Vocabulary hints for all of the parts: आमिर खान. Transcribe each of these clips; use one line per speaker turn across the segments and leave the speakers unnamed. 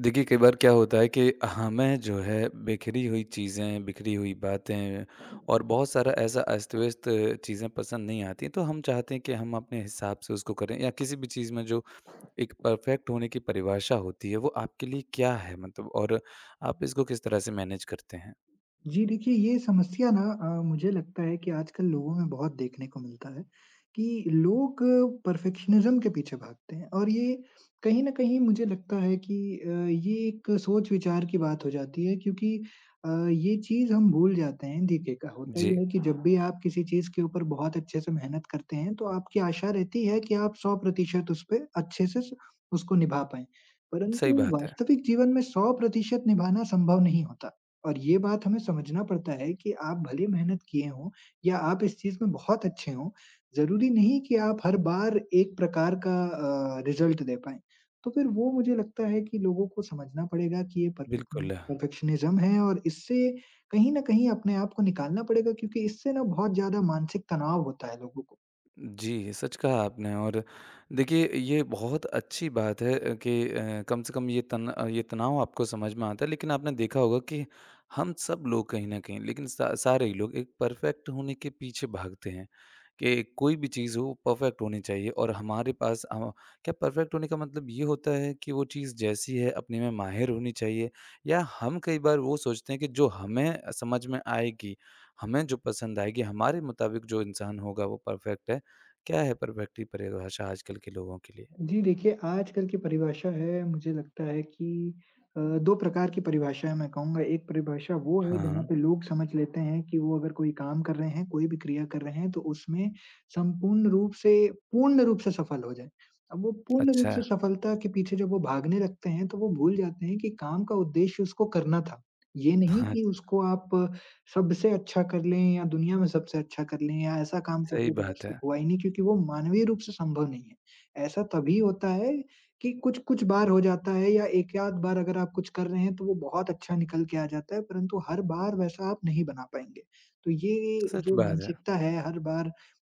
देखिए, कई बार क्या होता है कि हमें जो है बिखरी हुई चीज़ें, बिखरी हुई बातें और बहुत सारा ऐसा अस्त-व्यस्त चीज़ें पसंद नहीं आती, तो हम चाहते हैं कि हम अपने हिसाब से उसको करें या किसी भी चीज़ में जो एक परफ़ेक्ट होने की परिभाषा होती है, वो आपके लिए क्या है मतलब और आप इसको किस तरह से मैनेज करते हैं?
जी, देखिए ये समस्या ना मुझे लगता है कि आजकल लोगों में बहुत देखने को मिलता है कि लोग परफेक्शनिज़्म के पीछे भागते हैं। और ये कहीं न कहीं मुझे लगता है कि ये एक सोच-विचार की बात हो जाती है, क्योंकि ये चीज़ हम भूल जाते हैं। देखिए का होता
जी,
ये है कि जब भी आप किसी चीज़ के ऊपर बहुत अच्छे से मेहनत करते हैं, तो आपकी आशा रहती है कि आप 100% उस पे अच्छे से स उसको निभा पाएँ। परंतु
सही बात है।
वास्तविक जीवन में 100% निभाना संभव नहीं होता। और ये बात हमें समझना पड़ता है कि आप भले मेहनत किए हों या आप इस चीज़ में बहुत अच्छे हों, ज़रूरी नहीं कि आप हर बार एक प्रकार का रिज़ल्ट दे पाएँ। तो फिर वो मुझे लगता है कि लोगों को समझना पड़ेगा कि ये परफेक्न
बिल्कुल।
परफेक्शनिज़्म है, और इससे कहीं न कहीं अपने आप को निकालना पड़ेगा, क्योंकि इससे ना बहुत ज़्यादा मानसिक तनाव होता है लोगों को।
जी, सच कहा आपने और देखिए ये बहुत अच्छी बात है, कि कम से कम ये तनाव आपको समझ में आता है, लेकिन आपने देखा होगा कि हम सब लोग कहीं न कहीं लेकिन सा सारे ही लोग एक परफ़ेक्ट होने के पीछे भागते हैं, कि कोई भी चीज़ हो परफ़ेक्ट होनी चाहिए और हमारे पास क्या परफ़ेक्ट होने का मतलब ये होता है कि वो चीज़ जैसी है अपने में माहिर होनी चाहिए, या हम कई बार वो सोचते हैं कि जो हमें समझ में आएगी, हमें जो पसंद आएगी, हमारे मुताबिक जो इंसान होगा वो परफ़ेक्ट है। क्या है परफेक्टली परिभाषा आजकल के लोगों के लिए?
जी देखिए, आजकल की परिभाषा है मुझे लगता है कि 2 प्रकार की परिभाषाएँ मैं कहूँगा। एक परिभाषा वो है जहाँ
हाँ,
पे लोग समझ लेते हैं कि वो अगर कोई काम कर रहे हैं, कोई भी क्रिया कर रहे हैं तो उसमें संपूर्ण रूप से पूर्ण रूप से सफल हो जाएँ। अब वो पूर्ण रूप
अच्छा।
से सफलता के पीछे जब वो भागने लगते हैं तो वो भूल जाते हैं कि काम का उद्देश्य उसको करना था। ये नहीं
हाँ,
कि उसको आप सबसे अच्छा कर लें या दुनिया में सबसे अच्छा कर लें या ऐसा काम कर
सही
दें जो आज
बात
तक
है।
हुआ ही नहीं, क्योंकि वो मानवीय रूप से संभव नहीं है। ऐसा तभी होता है कि कुछ-कुछ बार हो जाता है या 1 आध बार अगर आप कुछ कर रहे हैं तो वो बहुत अच्छा निकल के आ जाता है, परंतु हर बार वैसा आप नहीं बना पाएँगे। तो ये
सच
जो
बात है।
मानसिकता है हर बार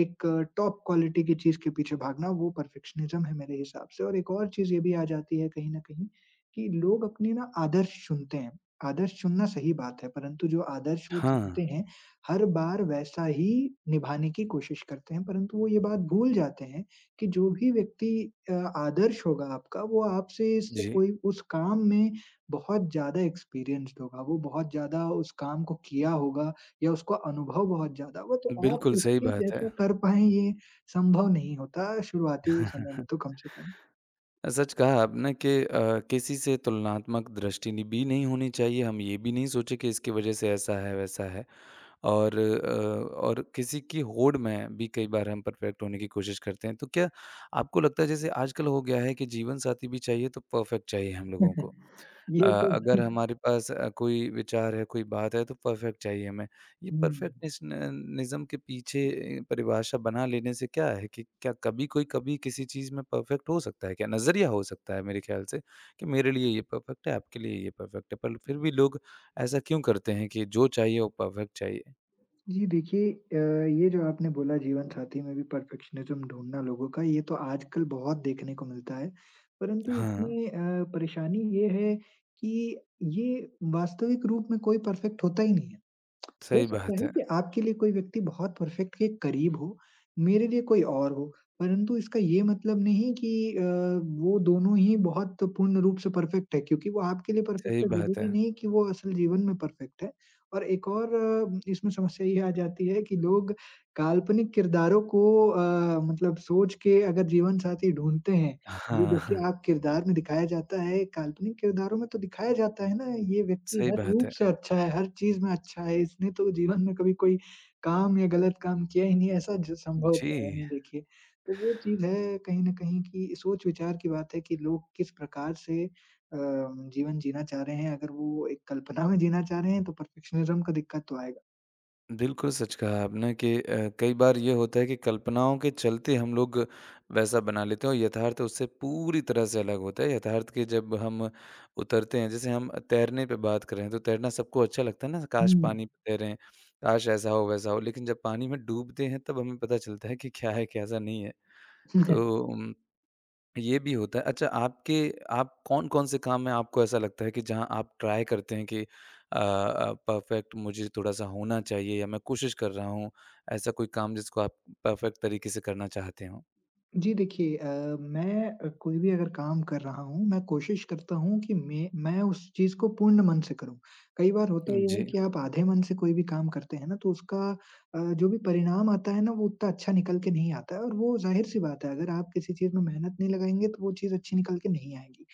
एक टॉप क्वालिटी की चीज़ के पीछे भागना, वो परफेक्शनिज़्म है मेरे हिसाब से। और एक और चीज़ ये भी आ जाती है कहीं न कहीं कि लोग अपने ना आदर्श चुनते हैं। आदर्श चुनना सही बात है, परंतु जो आदर्श वो
हाँ,
चुनते हैं, हर बार वैसा ही निभाने की कोशिश करते हैं, परंतु वो ये बात भूल जाते हैं कि जो भी व्यक्ति आदर्श होगा आपका, वो आपसे इस
जी।
कोई उस काम में बहुत ज़्यादा एक्सपीरियंस्ड होगा, वो बहुत ज़्यादा उस काम को किया होगा या उसको अनुभव बहुत ज़्यादा होगा, तो आप
बिल्कुल सही
उसके
बात है।
जैसा कर पाएँ ये संभव नहीं होता शुरुआती समय में तो कम से कम।
सच कहा आपने कि किसी से तुलनात्मक दृष्टि नि भी नहीं होनी चाहिए। हम ये भी नहीं सोचे कि इसकी वजह से ऐसा है, वैसा है और किसी की होड़ में भी कई बार हम परफेक्ट होने की कोशिश करते हैं। तो क्या आपको लगता है जैसे आजकल हो गया है कि जीवन साथी भी चाहिए तो परफेक्ट चाहिए हम लोगों को?
ये तो
अगर हमारे पास कोई विचार है, कोई बात है तो परफ़ेक्ट चाहिए हमें। ये
हुँ।
परफ़ेक्टनिस्न के पीछे परिभाषा बना लेने से क्या है कि क्या कभी कोई कभी किसी चीज़ में परफ़ेक्ट हो सकता है क्या? नज़रिया हो सकता है मेरे ख़्याल से कि मेरे लिए ये परफ़ेक्ट है, आपके लिए ये परफ़ेक्ट है। पर फिर भी लोग ऐसा क्यों करते हैं कि जो चाहिए वो परफ़ेक्ट चाहिए?
जी देखिए ये जो आपने बोला जीवन साथी में भी परफेक्शनिज़्म ढूँढना लोगों का, ये तो आजकल बहुत देखने को मिलता है। परंतु
हाँ,
इसमें परेशानी ये है कि ये वास्तविक रूप में कोई परफेक्ट होता ही नहीं है। हो
सही
सकता
बात
है
है,
कि आपके लिए कोई व्यक्ति बहुत परफेक्ट के करीब हो, मेरे लिए कोई और हो, परंतु इसका ये मतलब नहीं कि अ, वो दोनों ही बहुत पूर्ण रूप से परफेक्ट है, क्योंकि वो आपके लिए परफेक्ट
सही
है,
बात है।
ज़रूरी नहीं कि वो असल जीवन में परफेक्ट है। और एक और इसमें समस्या ये आ जाती है कि लोग काल्पनिक किरदारों को मतलब सोच के अगर जीवन साथी ढूँढते हैं। जी,
हाँ,
देखिए
हाँ,
आप किरदार में दिखाया जाता है, काल्पनिक किरदारों में तो दिखाया जाता है ना, ये व्यक्ति
सही
हर
बात
रूप
है।
से अच्छा है, हर चीज़ में अच्छा है, इसने तो जीवन में कभी कोई काम या गलत काम किया ही नहीं, ऐसा ज संभव
जी।
तो है नहीं देखिए। तो वो चीज़ है कहीं न कहीं कि सोच-विचार की बात है कि लोग किस प्रकार से जीवन जीना चाह रहे हैं, अगर वो एक कल्पना में जीना चाह रहे हैं, तो परफेक्शनिज़्म का दिक्कत तो आएगा।
बिल्कुल, सच कहा आपने कि कई बार ये होता है कि कल्पनाओं के चलते हम लोग वैसा बना लेते हैं और यथार्थ उससे पूरी तरह से अलग होता है। यथार्थ के जब हम उतरते हैं, जैसे हम तैरने पे बात करें, तो तैरना सबको अच्छा लगता है ना,
हुँ।
काश पानी पे तैरें, काश ऐसा हो, वैसा हो। लेकिन जब पानी में डूबते हैं, तब हमें पता चलता है कि क्या है, कैसा नहीं है। तो ये भी होता है। अच्छा, आपके आप कौन-कौन से काम में आपको ऐसा लगता है कि जहाँ आप ट्राई करते हैं कि परफ़ेक्ट मुझे थोड़ा-सा होना चाहिए या मैं कोशिश कर रहा हूँ, ऐसा कोई काम जिसको आप परफ़ेक्ट तरीके से करना चाहते हों?
जी देखिए मैं कोई भी अगर काम कर रहा हूँ, मैं कोशिश करता हूँ कि मैं उस चीज़ को पूर्ण मन से करूँ। कई बार होता ये है
जी,
कि आप आधे मन से कोई भी काम करते हैं ना, तो उसका जो भी परिणाम आता है ना, वो उतना अच्छा निकल के नहीं आता है, और वो ज़ाहिर-सी बात है, अगर आप किसी चीज़ में मेहनत नहीं लगाएँगे, तो वो चीज़ अच्छी निकल के नहीं आएगी।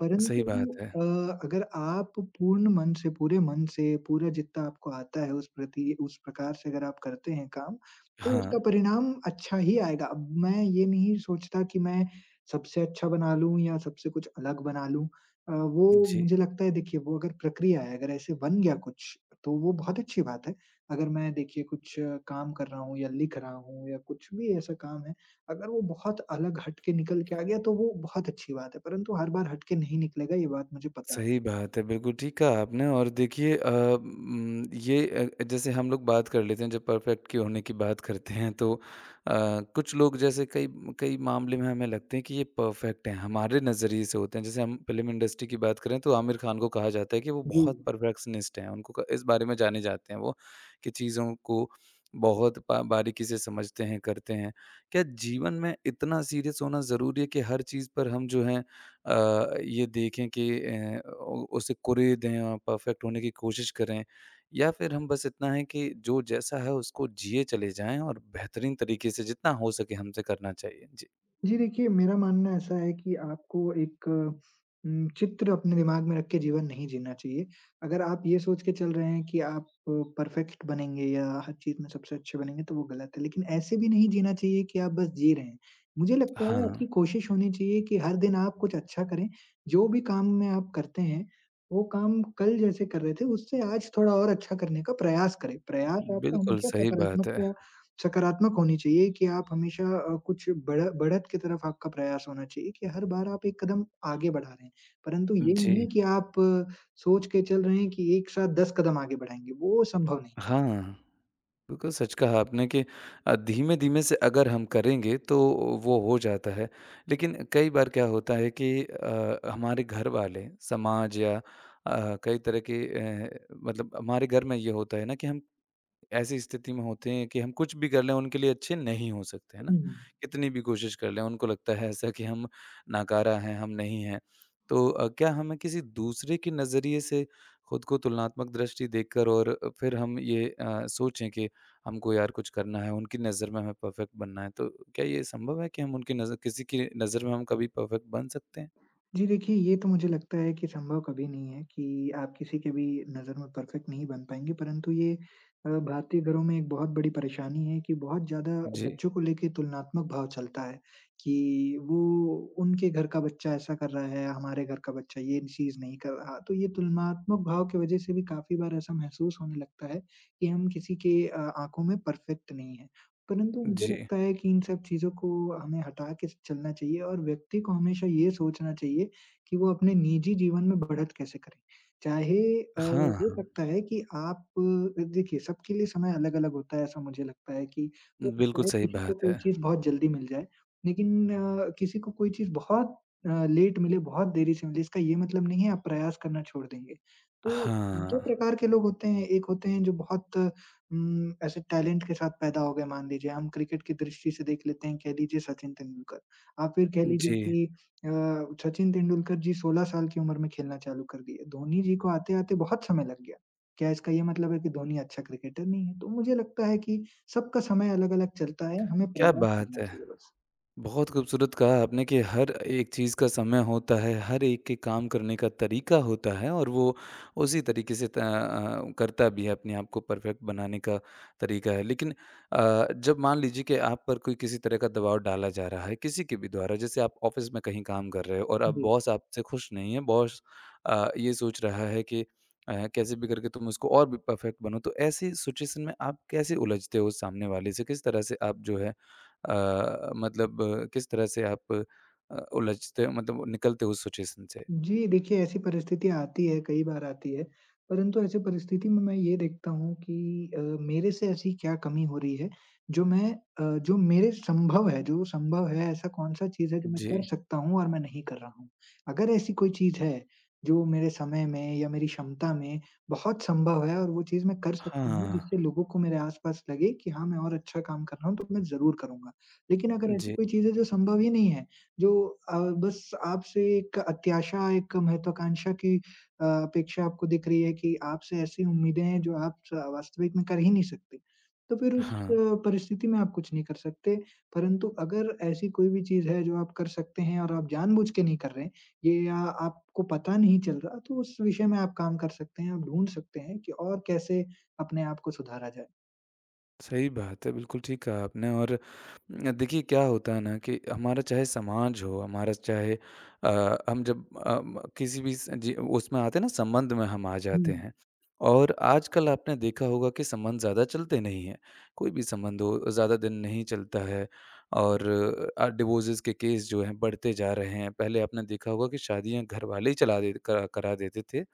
परंतु
सही बात है।
अगर आप पूर्ण मन से, पूरे मन से, पूरा जितना आपको आता है, उस प्रति उस प्रकार से अगर आप करते हैं काम, तो
हाँ,
उसका परिणाम अच्छा ही आएगा। अब मैं ये नहीं सोचता कि मैं सबसे अच्छा बना लूँ या सबसे कुछ अलग बना लूँ। वो
जी।
मुझे लगता है देखिए वो अगर प्रक्रिया है, अगर ऐसे बन गया कुछ तो वो बहुत अच्छी बात है। अगर मैं देखिए कुछ काम कर रहा हूँ या लिख रहा हूँ या कुछ भी ऐसा काम है, अगर वो बहुत अलग हट के निकल के आ गया तो वो बहुत अच्छी बात है, परंतु हर बार हट के नहीं निकलेगा ये बात मुझे पता है।
सही बात है, बिल्कुल ठीक कहा आपने और देखिए ये जैसे हम लोग बात कर लेते हैं जब परफेक्ट के होने की बात करते हैं तो कुछ लोग जैसे कई कई मामले में हमें लगते हैं कि ये परफेक्ट हैं, हमारे नज़रिए से होते हैं। जैसे हम फ़िल्म इंडस्ट्री की बात करें तो आमिर खान को कहा जाता है कि वो
जी।
बहुत परफेक्शनिस्ट हैं, उनको क इस बारे में जाने जाते हैं वो कि चीज़ों को बहुत बा बारीकी से समझते हैं, करते हैं। क्या जीवन में इतना सीरियस होना ज़रूरी है कि हर चीज़ पर हम जो हैं ये देखें कि अ, उ उसे कुरी दें और परफ़ेक्ट होने की कोशिश करें या फिर हम बस इतना है कि जो जैसा है उसको जिए चले जाएँ और बेहतरीन तरीके से जितना हो सके हमसे करना चाहिए। जी।
जी, देखिए मेरा मानना ऐसा है कि आपको एक चित्र अपने दिमाग में रख के जीवन नहीं जीना चाहिए। अगर आप ये सोच के चल रहे हैं कि आप परफेक्ट बनेंगे या हर चीज़ में सबसे अच्छे बनेंगे तो वो गलत है। लेकिन ऐसे भी नहीं जीना चाहिए कि आप बस जी रहे हैं। मुझे लगता है आपकी
हाँ,
कोशिश होनी चाहिए कि हर दिन आप कुछ अच्छा करें। जो भी काम में आप करते हैं, वो काम कल जैसे कर रहे थे उससे आज थोड़ा और अच्छा करने का प्रयास करें। प्रयास आपका
बिल्कुल
हमेशा
सही बात
सकारात्मक
है।
सकारात्मक होनी चाहिए कि आप हमेशा कुछ बढ़त की तरफ आपका प्रयास होना चाहिए कि हर बार आप एक कदम आगे बढ़ा रहे हैं। परंतु ये नहीं
जी।
कि आप सोच के चल रहे हैं कि एक साथ 10 कदम आगे बढ़ाएँगे, वो संभव नहीं।
हाँ। बिल्कुल सच कहा आपने कि धीमे-धीमे से अगर हम करेंगे तो वो हो जाता है। लेकिन कई बार क्या होता है कि हमारे घरवाले, समाज या कई तरह के अ, मतलब हमारे घर में ये होता है ना कि हम ऐसी स्थिति में होते हैं कि हम कुछ भी कर लें उनके लिए अच्छे नहीं हो सकते, है ना?
हुँ, हुँ।
कितनी भी कोशिश कर लें, उनको लगता है ऐसा कि हम नाकारा हैं, हम नहीं हैं। तो क्या हमें किसी दूसरे के नज़रिए से खुद को तुलनात्मक दृष्टि देकर और फिर हम ये सोचें कि हमको यार कुछ करना है, उनकी नज़र में हमें परफेक्ट बनना है, तो क्या ये संभव है कि हम उनकी नज़र किसी की नज़र में हम कभी परफेक्ट बन सकते हैं?
जी देखिए, ये तो मुझे लगता है कि संभव कभी नहीं है कि आप किसी के भी नज़र में परफेक्ट नहीं बन पाएँगे, परंतु ये भारतीय घरों में एक बहुत बड़ी परेशानी है कि बहुत ज़्यादा
जी,
बच्चों को लेके तुलनात्मक भाव चलता है कि वो उनके घर का बच्चा ऐसा कर रहा है, हमारे घर का बच्चा ये चीज़ नहीं कर रहा। तो ये तुलनात्मक भाव की वज़ह से भी काफ़ी बार ऐसा महसूस होने लगता है कि हम किसी के आँखों में परफेक्ट नहीं हैं। परंतु मुझे
जी।
लगता है कि इन सब चीज़ों को हमें हटा के चलना चाहिए, और व्यक्ति को हमेशा ये सोचना चाहिए कि वो अपने निजी जीवन में बढ़त कैसे करे। चाहे
हाँ,
हो
हाँ।
सकता है कि आप देखिए सबके लिए समय अलग-अलग होता है, ऐसा मुझे लगता है कि हो सकता
बिल्कुल
है
सही
किसी को
बात
कोई
है।
चीज़ बहुत जल्दी मिल जाए, लेकिन किसी को कोई चीज़ बहुत लेट मिले, बहुत देरी से मिले, इसका ये मतलब नहीं है आप प्रयास करना छोड़ देंगे। तो 2
हाँ।
प्रकार के लोग होते हैं, एक होते हैं जो बहुत ऐसे टैलेंट के साथ पैदा हो गए मान लीजिए, हम क्रिकेट की दृष्टि से देख लेते हैं कह लीजिए सचिन तेंदुलकर। आप फिर कह लीजिए
जी,
कि अ, सचिन तेंदुलकर जी 16 साल की उम्र में खेलना चालू कर दिए। धोनी जी को आते-आते बहुत समय लग गया। क्या इसका ये मतलब है कि धोनी अच्छा क्रिकेटर नहीं है? तो मुझे लगता है कि सबका समय अलग-अलग चलता है, हमें
क्या
प्रयास
बात
करना
है!
चाहिए बस।
बहुत खूबसूरत कहा आपने कि हर एक चीज़ का समय होता है, हर एक के काम करने का तरीका होता है और वो उसी तरीके से करता भी है, अपने आप को परफेक्ट बनाने का तरीका है। लेकिन जब मान लीजिए कि आप पर कोई किसी तरह का दबाव डाला जा रहा है, किसी के भी द्वारा, जैसे आप ऑफ़िस में कहीं काम कर रहे हो और अब
जी।
बॉस आपसे खुश नहीं है, बॉस ये सोच रहा है कि कैसे भी करके तुम उसको और भी परफेक्ट बनो, तो ऐसी सिचुएशन में आप कैसे उलझते हो सामने वाले से? किस तरह से आप जो है किस तरह से आप अ, उलझते मतलब निकलते हो उस सिचुएशन से?
जी, देखिए ऐसी परिस्थिति आती है, कई बार आती है। परंतु ऐसी परिस्थिति में मैं ये देखता हूँ कि मेरे से ऐसी क्या कमी हो रही है, जो मैं जो मेरे संभव है जो संभव है ऐसा कौन-सा चीज़ है जो मैं
जी।
कर सकता हूँ और मैं नहीं कर रहा हूँ। अगर ऐसी कोई चीज़ है जो मेरे समय में या मेरी क्षमता में बहुत संभव है और वो चीज़ मैं कर सकती हूँ
हाँ,
जिससे लोगों को मेरे आस-पास लगे कि हाँ, मैं और अच्छा काम कर रहा हूँ तो मैं ज़रूर करूँगा। लेकिन अगर ऐसी
जी,
कोई चीज़ है जो संभव ही नहीं है, जो बस आपसे एक अत्याशा, एक महत्वाकांक्षा की अपेक्षा आपको दिख रही है कि आपसे ऐसी उम्मीदें हैं जो आप स वास्तविक में कर ही नहीं सकते। तो फिर उस
हाँ।
परिस्थिति में आप कुछ नहीं कर सकते, परंतु अगर ऐसी कोई भी चीज़ है जो आप कर सकते हैं और आप जानबूझ के नहीं कर रहे हैं, ये या आपको पता नहीं चल रहा, तो उस विषय में आप काम कर सकते हैं, आप ढूँढ सकते हैं कि और कैसे अपने आप को सुधारा जाए।
सही बात है, बिल्कुल ठीक कहा आपने और देखिए क्या होता है ना कि हमारा चाहे समाज हो, हमारा चाहे अ, हम जब अ, म किसी भी स जी उसमें आते हैं ना संबंध में हम आ
हुँ।
जाते हैं और आजकल आपने देखा होगा कि संबंध ज़्यादा चलते नहीं हैं। कोई भी संबंध हो ज़्यादा दिन नहीं चलता है और डिवोर्सेस के केस जो हैं बढ़ते जा रहे हैं। पहले आपने देखा होगा कि शादियाँ घरवाले ही चला दे करा करा देते थे।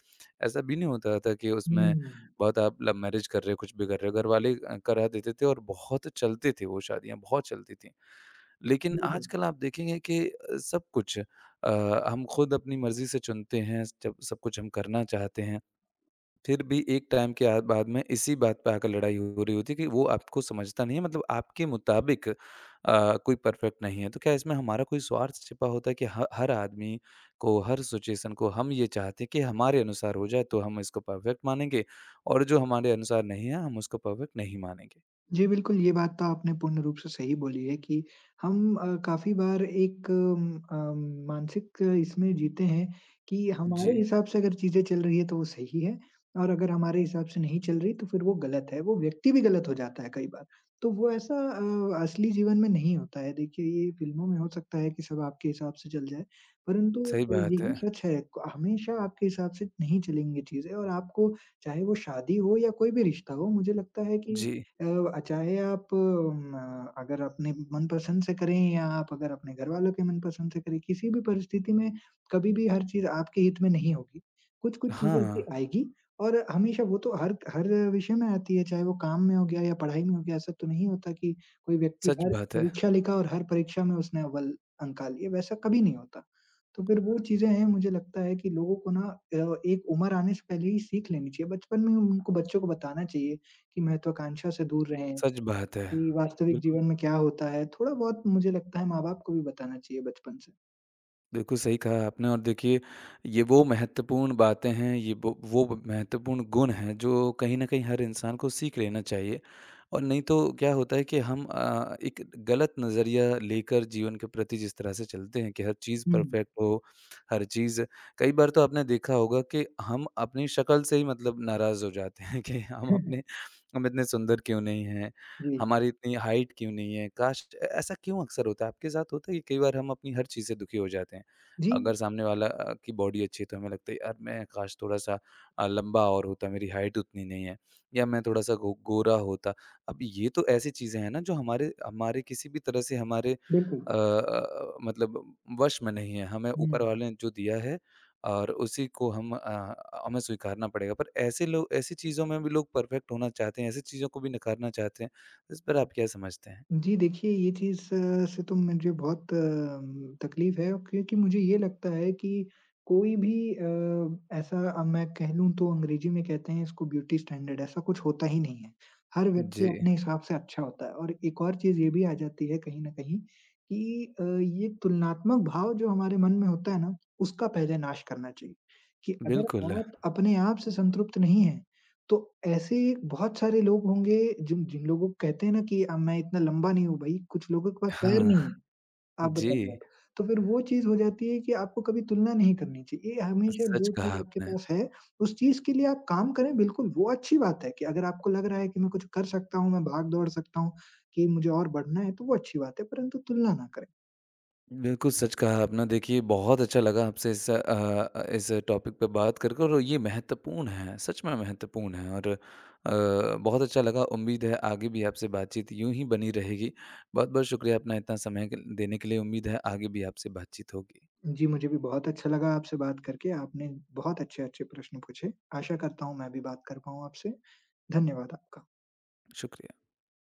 ऐसा भी नहीं होता था कि उसमें
हुँ,
बहुत आप लव मैरिज कर रहे हो, कुछ भी कर रहे हो, घरवाले करा देते थे और बहुत चलते थे वो शादियाँ, बहुत चलती थीं। लेकिन
बिल्कुल।
आजकल आप देखेंगे कि सब कुछ हम खुद अपनी मर्ज़ी से चुनते हैं, जब सब कुछ हम करना चाहते हैं। फिर भी एक टाइम के आ बाद में इसी बात पे आकर लड़ाई हो रही होती है कि वो आपको समझता नहीं है, मतलब आपके मुताबिक कोई परफेक्ट नहीं है। तो क्या इसमें हमारा कोई स्वार्थ छिपा होता है कि ह हर आदमी को, हर सिचुएशन को हम ये चाहते हैं कि हमारे अनुसार हो जाए तो हम इसको परफेक्ट मानेंगे और जो हमारे अनुसार नहीं है हम उसको परफेक्ट नहीं मानेंगे।
जी, बिल्कुल, ये बात तो आपने पूर्ण रूप से सही बोली है कि हम काफ़ी बार एक अम, मानसिक इसमें जीते हैं कि हमारे
जी,
हिसाब से अगर चीज़ें चल रही है तो वो सही है, और अगर हमारे हिसाब से नहीं चल रही तो फिर वो गलत है, वो व्यक्ति भी गलत हो जाता है कई बार। तो वो ऐसा असली जीवन में नहीं होता है, देखिए ये फ़िल्मों में हो सकता है कि सब आपके हिसाब से चल जाए, परंतु
सही बात
यही
है।
सच है क हमेशा आपके हिसाब से नहीं चलेंगी चीज़ें, और आपको चाहे वो शादी हो या कोई भी रिश्ता हो, मुझे लगता है कि
जी।
चाहे आप म अगर अपने मनपसंद से करें या आप अगर अपने घरवालों के मनपसंद से करें, किसी भी परिस्थिति में कभी भी हर चीज़ आपके हित में नहीं होगी। कुछ-कुछ चीज़ें ऐसी
हाँ,
आएगी, और हमेशा वो तो हर हर विषय में आती है, चाहे वो काम में हो गया या पढ़ाई में हो गया। ऐसा तो नहीं होता कि कोई व्यक्ति
सच
हर
बात है।
परीक्षा लिखा और हर परीक्षा में उसने अव्वल अंक आ लिए, वैसा कभी नहीं होता। तो फिर वो चीज़ें हैं, मुझे लगता है कि लोगों को ना एक उम्र आने से पहले ही सीख लेनी चाहिए। बचपन में उनको बच्चों को बताना चाहिए की महत्वाकांक्षा से दूर रहें,
सच बात है।
कि वास्तविक
बिल्कुल।
जीवन में क्या होता है, थोड़ा-बहुत मुझे लगता है माँ-बाप को भी बताना चाहिए बचपन से।
बिल्कुल सही कहा आपने और देखिए ये वो महत्वपूर्ण बातें हैं, ये वो महत्वपूर्ण गुण हैं जो कहीं न कहीं हर इंसान को सीख लेना चाहिए। और नहीं तो क्या होता है कि हम एक गलत नज़रिया लेकर जीवन के प्रति जिस तरह से चलते हैं कि हर चीज़
हुँ।
परफेक्ट हो, हर चीज़ कई बार तो आपने देखा होगा कि हम अपनी शक्ल से ही मतलब नाराज़ हो जाते हैं कि हम अपने हम इतने सुंदर क्यों नहीं हैं?
जी।
हमारी इतनी हाइट क्यों नहीं है? काश ऐसा क्यों अक्सर होता है? आपके साथ होता है कि कई बार हम अपनी हर चीज़ से दुखी हो जाते हैं?
जी,
अगर सामने वाला की बॉडी अच्छी है तो हमें लगता है यार मैं काश थोड़ा-सा लंबा और होता, मेरी हाइट उतनी नहीं है या मैं थोड़ा-सा गो गोरा होता। अब ये तो ऐसी चीज़ें हैं ना जो हमारे हमारे किसी भी तरह से हमारे
बिल्कुल।
अ अ, मतलब वश में नहीं है। हमें
हुँ।
ऊपर वाले ने जो दिया है और उसी को हमें स्वीकारना पड़ेगा। पर ऐसे लोग ऐसी चीज़ों में भी लोग परफेक्ट होना चाहते हैं, ऐसी चीज़ों को भी नकारना चाहते हैं। इस पर आप क्या समझते हैं?
जी, देखिए ये चीज़ से तो मुझे बहुत तकलीफ़ है क्योंकि मुझे ये लगता है कि कोई भी ऐसा मैं कह लूँ तो अंग्रेज़ी में कहते हैं इसको ब्यूटी स्टैंडर्ड, ऐसा कुछ होता ही नहीं है। हर व्यक्ति
जी,
अपने हिसाब से अच्छा होता है, और एक और चीज़ ये भी आ जाती है कहीं न कहीं कि ये तुलनात्मक भाव जो हमारे मन में होता है ना, उसका पहले नाश करना चाहिए, कि अगर
बिल्कुल।
आप अपने आप से संतुष्ट नहीं हैं तो ऐसे बहुत सारे लोग होंगे जिन जिन लोगों को कहते हैं ना कि मैं इतना लंबा नहीं हूँ भाई, कुछ लोगों के पास पैर
हाँ,
नहीं है। आप बताइए आप।
जी,
तो फिर वो चीज़ हो जाती है कि आपको कभी तुलना नहीं करनी चाहिए। हमेशा
सच
जो चीज़
कहा
आपके
आपने।
पास है, उस चीज़ के लिए आप काम करें बिल्कुल, वो अच्छी बात है कि अगर आपको लग रहा है कि मैं कुछ कर सकता हूँ, मैं भाग-दौड़ सकता हूँ, कि मुझे और बढ़ना है, तो वो अच्छी बात है, परंतु तुलना ना करें।
बिल्कुल, सच कहा आपने। देखिए, बहुत अच्छा लगा आपसे इस इस टॉपिक पे बात कर कर और ये महत्वपूर्ण है, सच में महत्वपूर्ण है और बहुत अच्छा लगा। उम्मीद है आगे भी आपसे बातचीत यूँ ही बनी रहेगी। बहुत-बहुत शुक्रिया अपना इतना समय क देने के लिए। उम्मीद है आगे भी आपसे बातचीत होगी।
जी, मुझे भी बहुत अच्छा लगा आपसे बात करके। आपने बहुत अच्छे-अच्छे प्रश्न पूछे। आशा करता हूँ मैं भी बात कर पाऊँ आपसे। धन्यवाद आपका।
शुक्रिया।